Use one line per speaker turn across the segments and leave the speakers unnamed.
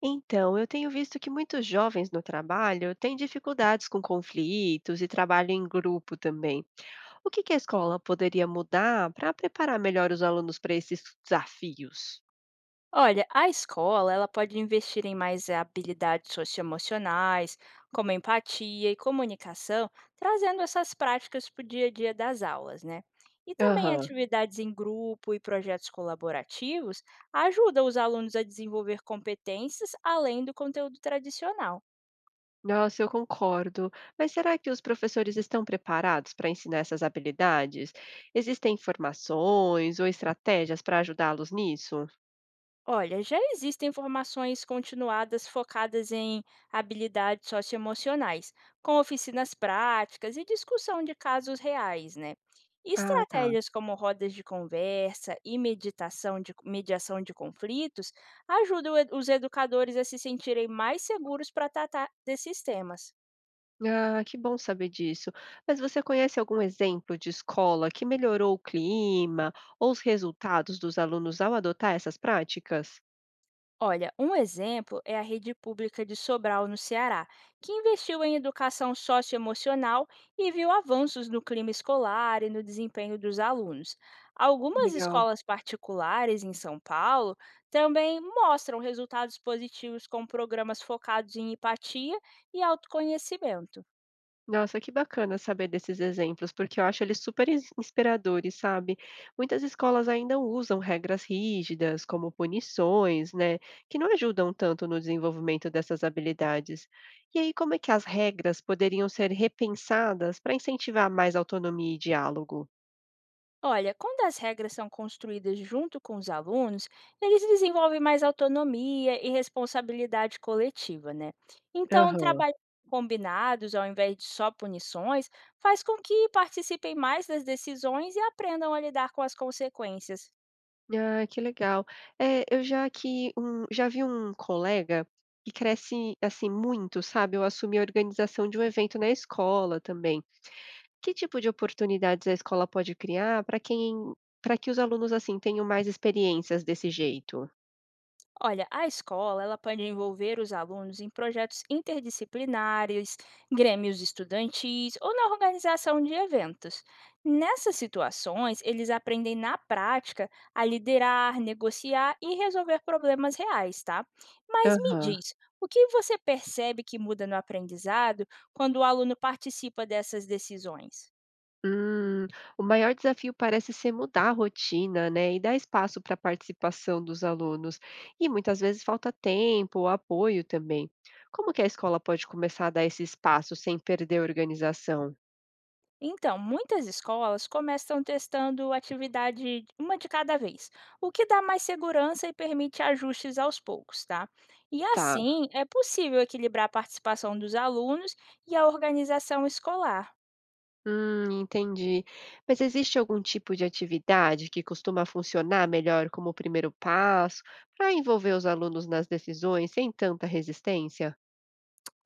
Então, eu tenho visto que muitos jovens no trabalho têm dificuldades com conflitos e trabalho em grupo também. O que que a escola poderia mudar para preparar melhor os alunos para esses desafios?
Olha, a escola ela pode investir em mais habilidades socioemocionais, como empatia e comunicação, trazendo essas práticas para o dia a dia das aulas, né? E também
Aham.
atividades em grupo e projetos colaborativos ajudam os alunos a desenvolver competências além do conteúdo tradicional.
Nossa, eu concordo. Mas será que os professores estão preparados para ensinar essas habilidades? Existem informações ou estratégias para ajudá-los nisso?
Olha, já existem formações continuadas focadas em habilidades socioemocionais, com oficinas práticas e discussão de casos reais, né? E
Ah, tá.
estratégias como rodas de conversa e mediação de conflitos ajudam os educadores a se sentirem mais seguros para tratar desses temas.
Ah, que bom saber disso. Mas você conhece algum exemplo de escola que melhorou o clima ou os resultados dos alunos ao adotar essas práticas?
Olha, um exemplo é a rede pública de Sobral, no Ceará, que investiu em educação socioemocional e viu avanços no clima escolar e no desempenho dos alunos.
Que
Algumas
legal.
escolas particulares em São Paulo também mostram resultados positivos com programas focados em empatia e autoconhecimento.
Nossa, que bacana saber desses exemplos, porque eu acho eles super inspiradores, sabe? Muitas escolas ainda usam regras rígidas, como punições, né, que não ajudam tanto no desenvolvimento dessas habilidades. E aí, como é que as regras poderiam ser repensadas para incentivar mais autonomia e diálogo?
Olha, quando as regras são construídas junto com os alunos, eles desenvolvem mais autonomia e responsabilidade coletiva, né? Então,
Aham.
trabalhar combinados ao invés de só punições faz com que participem mais das decisões e aprendam a lidar com as consequências.
Ah, que legal. É, eu já que um já vi um colega que cresce, assim, muito, sabe, eu assumi a organização de um evento na escola também. Que tipo de oportunidades a escola pode criar para que os alunos, assim, tenham mais experiências desse jeito?
Olha, a escola ela pode envolver os alunos em projetos interdisciplinares, grêmios estudantis ou na organização de eventos. Nessas situações, eles aprendem na prática a liderar, negociar e resolver problemas reais, tá? Mas me
Aham.
diz, o que você percebe que muda no aprendizado quando o aluno participa dessas decisões?
Hum, o maior desafio parece ser mudar a rotina, né, e dar espaço para a participação dos alunos. E muitas vezes falta tempo ou apoio também. Como que a escola pode começar a dar esse espaço sem perder a organização?
Então, muitas escolas começam testando atividade uma de cada vez, o que dá mais segurança e permite ajustes aos poucos, tá? E
Tá,
assim é possível equilibrar a participação dos alunos e a organização escolar.
entendi. Mas existe algum tipo de atividade que costuma funcionar melhor como primeiro passo para envolver os alunos nas decisões sem tanta resistência?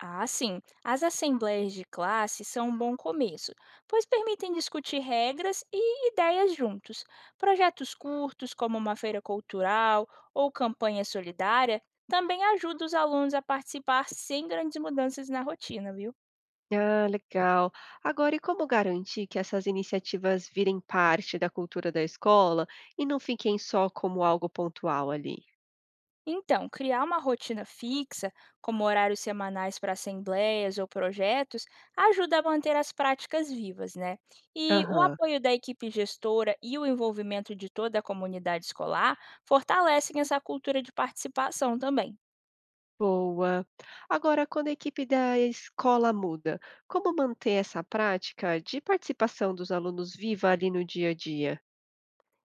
Ah, sim. As assembleias de classe são um bom começo, pois permitem discutir regras e ideias juntos. Projetos curtos, como uma feira cultural ou campanha solidária, também ajudam os alunos a participar sem grandes mudanças na rotina, viu?
Ah, legal. Agora, e como garantir que essas iniciativas virem parte da cultura da escola e não fiquem só como algo pontual ali?
Então, criar uma rotina fixa, como horários semanais para assembleias ou projetos, ajuda a manter as práticas vivas, né? E o
Aham.
apoio da equipe gestora e o envolvimento de toda a comunidade escolar fortalecem essa cultura de participação também.
Boa. Agora, quando a equipe da escola muda, como manter essa prática de participação dos alunos viva ali no dia a dia?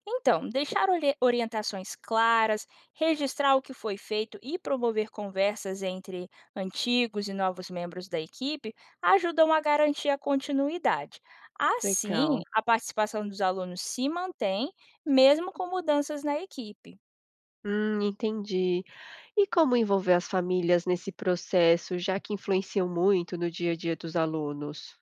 Então, deixar orientações claras, registrar o que foi feito e promover conversas entre antigos e novos membros da equipe ajudam a garantir a continuidade. Assim,
Legal.
a participação dos alunos se mantém, mesmo com mudanças na equipe.
Entendi. E como envolver as famílias nesse processo, já que influenciam muito no dia a dia dos alunos?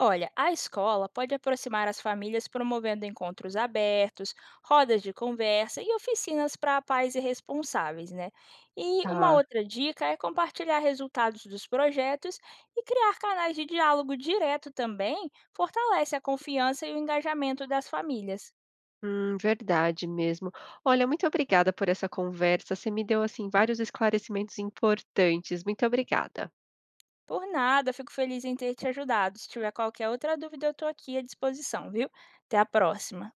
Olha, a escola pode aproximar as famílias promovendo encontros abertos, rodas de conversa e oficinas para pais e responsáveis, né? E uma
Tá.
outra dica é compartilhar resultados dos projetos e criar canais de diálogo direto também fortalece a confiança e o engajamento das famílias.
Verdade mesmo. Olha, muito obrigada por essa conversa. Você me deu assim vários esclarecimentos importantes. Muito obrigada.
Por nada, fico feliz em ter te ajudado. Se tiver qualquer outra dúvida, eu estou aqui à disposição, viu? Até a próxima.